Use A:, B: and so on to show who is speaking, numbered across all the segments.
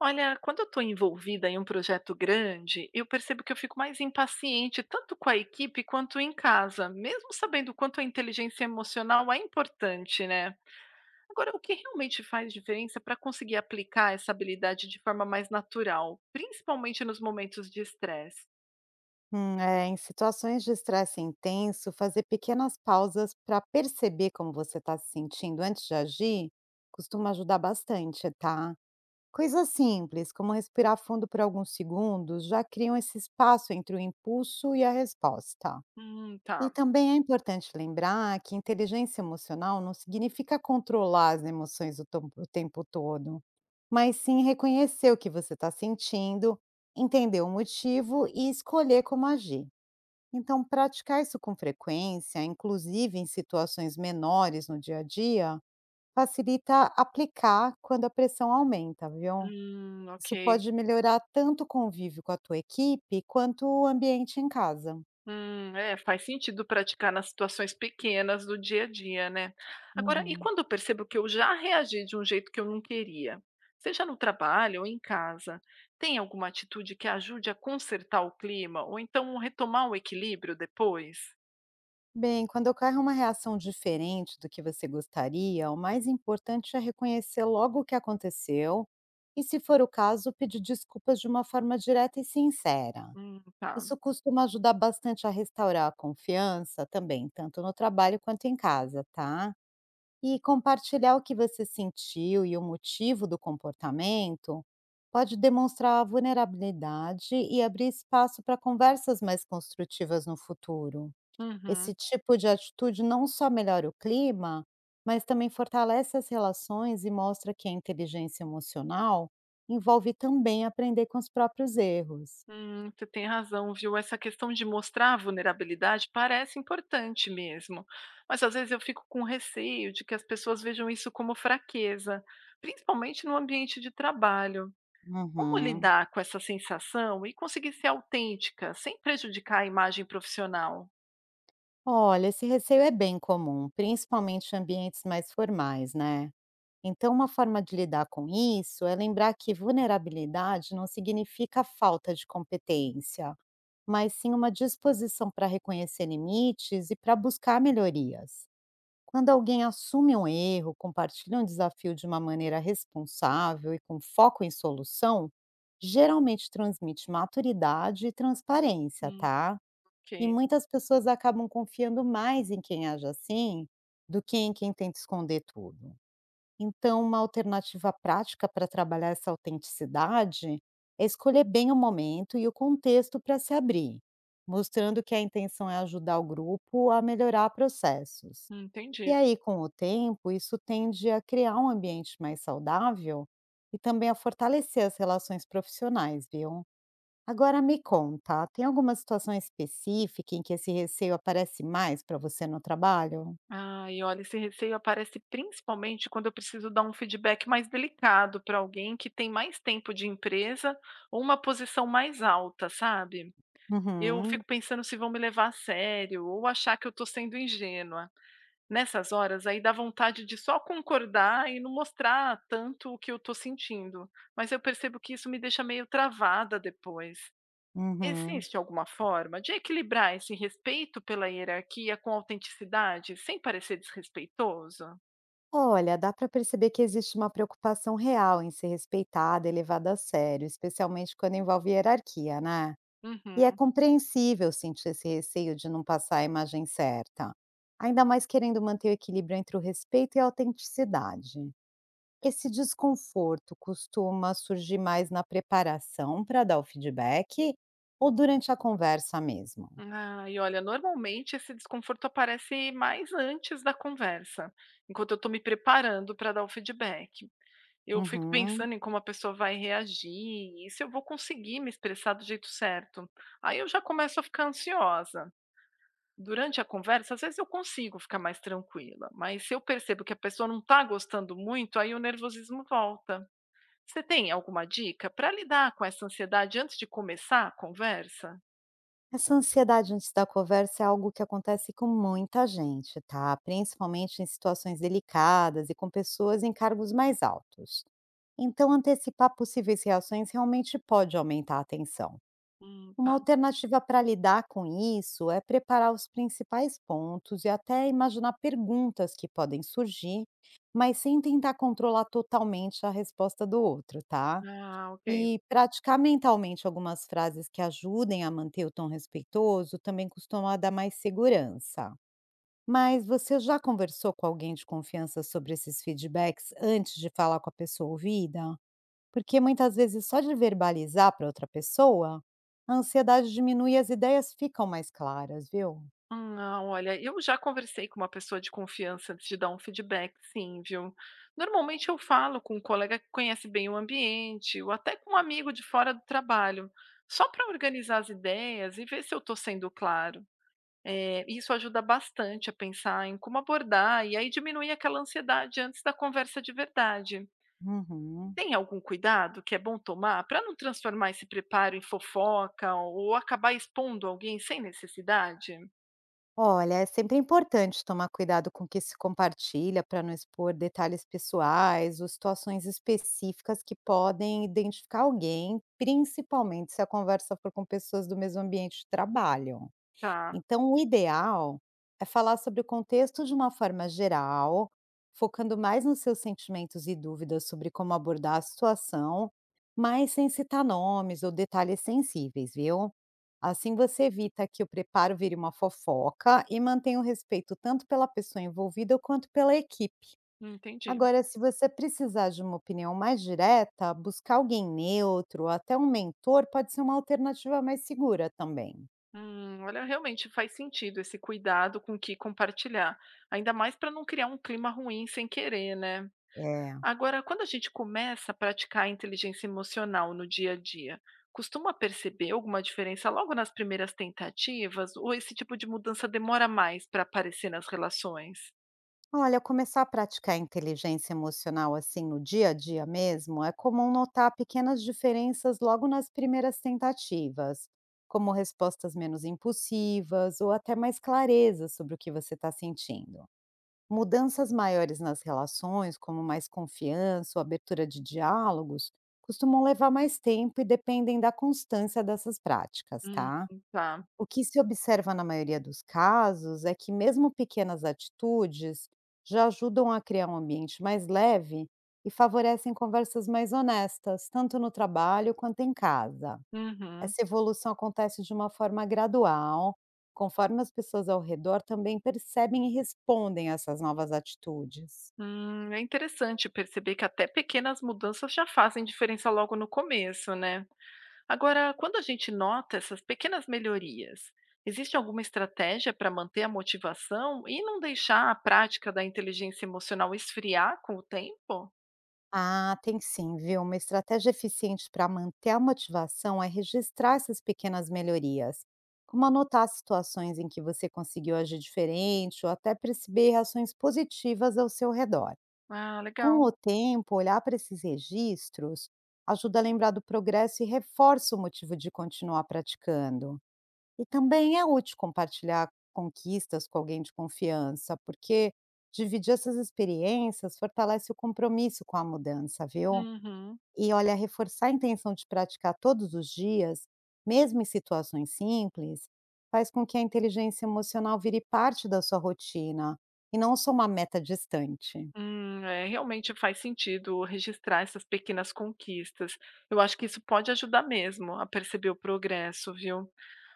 A: Olha, quando eu estou envolvida em um projeto grande, eu percebo que eu fico mais impaciente, tanto com a equipe quanto em casa, mesmo sabendo o quanto a inteligência emocional é importante, né? Agora, o que realmente faz diferença para conseguir aplicar essa habilidade de forma mais natural, principalmente nos momentos de estresse?
B: Em situações de estresse intenso, fazer pequenas pausas para perceber como você está se sentindo antes de agir costuma ajudar bastante, tá? Coisas simples, como respirar fundo por alguns segundos, já criam esse espaço entre o impulso e a resposta.
A: Tá.
B: E também é importante lembrar que inteligência emocional não significa controlar as emoções o tempo todo, mas sim reconhecer o que você está sentindo, entender o motivo e escolher como agir. Então, praticar isso com frequência, inclusive em situações menores no dia a dia, facilita aplicar quando a pressão aumenta, viu?
A: Ok.
B: Isso pode melhorar tanto o convívio com a tua equipe quanto o ambiente em casa.
A: É, faz sentido praticar nas situações pequenas do dia a dia, né? Agora, e
B: Uhum.
A: quando eu percebo que eu já reagi de um jeito que eu não queria, seja no trabalho ou em casa, tem alguma atitude que ajude a consertar o clima ou então retomar o equilíbrio depois?
B: Bem, quando ocorre uma reação diferente do que você gostaria, o mais importante é reconhecer logo o que aconteceu e, se for o caso, pedir desculpas de uma forma direta e sincera.
A: Tá.
B: Isso costuma ajudar bastante a restaurar a confiança também, tanto no trabalho quanto em casa, tá? E compartilhar o que você sentiu e o motivo do comportamento pode demonstrar vulnerabilidade e abrir espaço para conversas mais construtivas no futuro. Esse
A: Uhum.
B: tipo de atitude não só melhora o clima, mas também fortalece as relações e mostra que a inteligência emocional envolve também aprender com os próprios erros.
A: Você tem razão, viu? Essa questão de mostrar a vulnerabilidade parece importante mesmo, mas às vezes eu fico com receio de que as pessoas vejam isso como fraqueza, principalmente no ambiente de trabalho. Como
B: Uhum.
A: lidar com essa sensação e conseguir ser autêntica sem prejudicar a imagem profissional?
B: Olha, esse receio é bem comum, principalmente em ambientes mais formais, né? Então, uma forma de lidar com isso é lembrar que vulnerabilidade não significa falta de competência, mas sim uma disposição para reconhecer limites e para buscar melhorias. Quando alguém assume um erro, compartilha um desafio de uma maneira responsável e com foco em solução, geralmente transmite maturidade e transparência,
A: Hum,
B: tá?
A: ok,
B: E muitas pessoas acabam confiando mais em quem age assim, do que em quem tenta esconder tudo. Então, uma alternativa prática para trabalhar essa autenticidade é escolher bem o momento e o contexto para se abrir, mostrando que a intenção é ajudar o grupo a melhorar processos. E
A: Entendi.
B: aí, com o tempo, isso tende a criar um ambiente mais saudável e também a fortalecer as relações profissionais, viu? Agora me conta, tem alguma situação específica em que esse receio aparece mais para você no trabalho?
A: E olha, esse receio aparece principalmente quando eu preciso dar um feedback mais delicado para alguém que tem mais tempo de empresa ou uma posição mais alta, sabe? Eu
B: Uhum,
A: fico pensando se vão me levar a sério ou achar que eu estou sendo ingênua. Nessas horas, aí dá vontade de só concordar e não mostrar tanto o que eu estou sentindo. Mas eu percebo que isso me deixa meio travada depois.
B: uhum.
A: Existe alguma forma de equilibrar esse respeito pela hierarquia com autenticidade, sem parecer desrespeitoso?
B: Olha, dá para perceber que existe uma preocupação real em ser respeitada e levada a sério, especialmente quando envolve hierarquia, né? E é
A: Uhum.
B: compreensível sentir esse receio de não passar a imagem certa, ainda mais querendo manter o equilíbrio entre o respeito e a autenticidade. Esse desconforto costuma surgir mais na preparação para dar o feedback ou durante a conversa mesmo?
A: E olha, normalmente esse desconforto aparece mais antes da conversa, enquanto eu estou me preparando para dar o feedback. Eu fico
B: Uhum.
A: pensando em como a pessoa vai reagir e se eu vou conseguir me expressar do jeito certo. Aí eu já começo a ficar ansiosa. Durante a conversa, às vezes eu consigo ficar mais tranquila, mas se eu percebo que a pessoa não está gostando muito, aí o nervosismo volta. Você tem alguma dica para lidar com essa ansiedade antes de começar a conversa?
B: Essa ansiedade antes da conversa é algo que acontece com muita gente, tá? Principalmente em situações delicadas e com pessoas em cargos mais altos. Então, antecipar possíveis reações realmente pode aumentar a tensão.
A: Hum,
B: Uma
A: tá.
B: alternativa para lidar com isso é preparar os principais pontos e até imaginar perguntas que podem surgir, mas sem tentar controlar totalmente a resposta do outro, tá?
A: Ah, ok.
B: E praticar mentalmente algumas frases que ajudem a manter o tom respeitoso também costuma dar mais segurança. Mas você já conversou com alguém de confiança sobre esses feedbacks antes de falar com a pessoa ouvida? Porque muitas vezes só de verbalizar para outra pessoa, a ansiedade diminui e as ideias ficam mais claras, viu?
A: Não, olha, eu já conversei com uma pessoa de confiança antes de dar um feedback, sim, viu? Normalmente eu falo com um colega que conhece bem o ambiente, ou até com um amigo de fora do trabalho, só para organizar as ideias e ver se eu estou sendo claro. Isso ajuda bastante a pensar em como abordar e aí diminui aquela ansiedade antes da conversa de verdade.
B: Uhum.
A: Tem algum cuidado que é bom tomar para não transformar esse preparo em fofoca ou acabar expondo alguém sem necessidade?
B: Olha, é sempre importante tomar cuidado com o que se compartilha para não expor detalhes pessoais ou situações específicas que podem identificar alguém, principalmente se a conversa for com pessoas do mesmo ambiente de trabalho.
A: Tá,
B: Então, o ideal é falar sobre o contexto de uma forma geral, focando mais nos seus sentimentos e dúvidas sobre como abordar a situação, mas sem citar nomes ou detalhes sensíveis, viu? Assim você evita que o preparo vire uma fofoca e mantém o respeito tanto pela pessoa envolvida quanto pela equipe.
A: entendi.
B: Agora, se você precisar de uma opinião mais direta, buscar alguém neutro, até um mentor, pode ser uma alternativa mais segura também.
A: Olha, realmente faz sentido esse cuidado com o que compartilhar, ainda mais para não criar um clima ruim sem querer, né?
B: É.
A: Agora, quando a gente começa a praticar a inteligência emocional no dia a dia, costuma perceber alguma diferença logo nas primeiras tentativas? Ou esse tipo de mudança demora mais para aparecer nas relações?
B: Olha, começar a praticar inteligência emocional assim no dia a dia mesmo é comum notar pequenas diferenças logo nas primeiras tentativas, como respostas menos impulsivas ou até mais clareza sobre o que você está sentindo. Mudanças maiores nas relações, como mais confiança ou abertura de diálogos, costumam levar mais tempo e dependem da constância dessas práticas,
A: Hum,
B: tá?
A: tá.
B: O que se observa na maioria dos casos é que mesmo pequenas atitudes já ajudam a criar um ambiente mais leve e favorecem conversas mais honestas, tanto no trabalho quanto em casa.
A: Uhum.
B: Essa evolução acontece de uma forma gradual, conforme as pessoas ao redor também percebem e respondem a essas novas atitudes.
A: É interessante perceber que até pequenas mudanças já fazem diferença logo no começo, né? Agora, quando a gente nota essas pequenas melhorias, existe alguma estratégia para manter a motivação e não deixar a prática da inteligência emocional esfriar com o tempo?
B: Ah, tem sim, viu? Uma estratégia eficiente para manter a motivação é registrar essas pequenas melhorias, como anotar situações em que você conseguiu agir diferente ou até perceber reações positivas ao seu redor.
A: Ah,
B: Com
A: legal.
B: o tempo, olhar para esses registros ajuda a lembrar do progresso e reforça o motivo de continuar praticando. E também é útil compartilhar conquistas com alguém de confiança, porque dividir essas experiências fortalece o compromisso com a mudança, viu?
A: Uhum.
B: E olha, reforçar a intenção de praticar todos os dias, mesmo em situações simples, faz com que a inteligência emocional vire parte da sua rotina e não só uma meta distante.
A: É, realmente faz sentido registrar essas pequenas conquistas. Eu acho que isso pode ajudar mesmo a perceber o progresso, viu?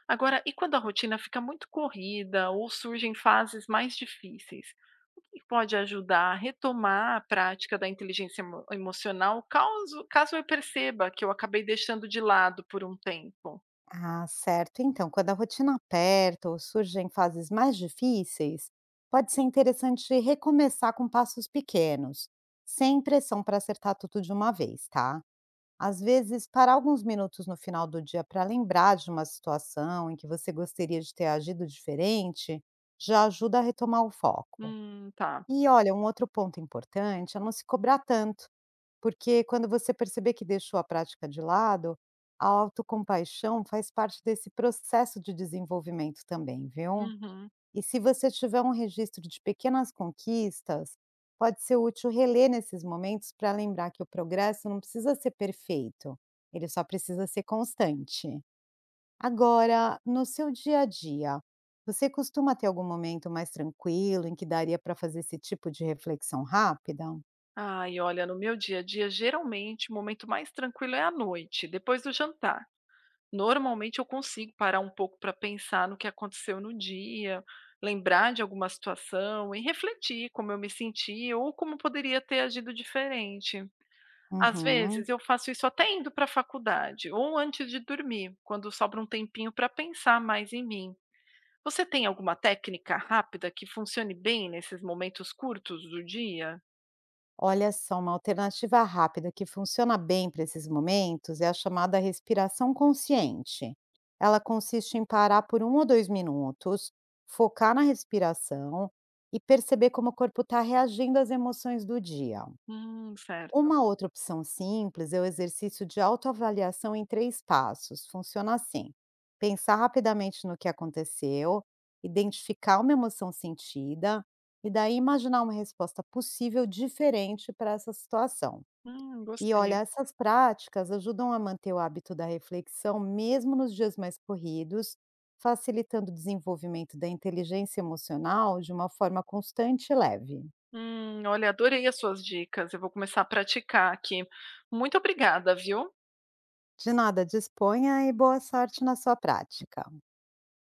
A: Agora, e quando a rotina fica muito corrida ou surgem fases mais difíceis? O que pode ajudar a retomar a prática da inteligência emocional caso eu perceba que eu acabei deixando de lado por um tempo?
B: Ah, certo. Então, quando a rotina aperta ou surgem fases mais difíceis, pode ser interessante recomeçar com passos pequenos, sem pressão para acertar tudo de uma vez, tá? Às vezes, parar alguns minutos no final do dia para lembrar de uma situação em que você gostaria de ter agido diferente, já ajuda a retomar o foco.
A: Tá.
B: E olha, um outro ponto importante é não se cobrar tanto, porque quando você perceber que deixou a prática de lado, a autocompaixão faz parte desse processo de desenvolvimento também, viu?
A: Uhum.
B: E se você tiver um registro de pequenas conquistas, pode ser útil reler nesses momentos para lembrar que o progresso não precisa ser perfeito, ele só precisa ser constante. Agora, no seu dia a dia, você costuma ter algum momento mais tranquilo em que daria para fazer esse tipo de reflexão rápida?
A: Ai, olha, no meu dia a dia, geralmente o momento mais tranquilo é à noite, depois do jantar. Normalmente eu consigo parar um pouco para pensar no que aconteceu no dia, lembrar de alguma situação e refletir como eu me senti ou como poderia ter agido diferente. Às
B: Uhum.
A: vezes eu faço isso até indo para a faculdade ou antes de dormir, quando sobra um tempinho para pensar mais em mim. Você tem alguma técnica rápida que funcione bem nesses momentos curtos do dia?
B: Olha só, uma alternativa rápida que funciona bem para esses momentos é a chamada respiração consciente. Ela consiste em parar por um ou dois minutos, focar na respiração e perceber como o corpo está reagindo às emoções do dia.
A: Certo.
B: Uma outra opção simples é o exercício de autoavaliação em três passos. Funciona assim: pensar rapidamente no que aconteceu, identificar uma emoção sentida e daí imaginar uma resposta possível diferente para essa situação. E olha,
A: Gostei.
B: essas práticas ajudam a manter o hábito da reflexão mesmo nos dias mais corridos, facilitando o desenvolvimento da inteligência emocional de uma forma constante e leve.
A: Olha, adorei as suas dicas. Eu vou começar a praticar aqui. Muito obrigada, viu?
B: De nada, disponha e boa sorte na sua prática.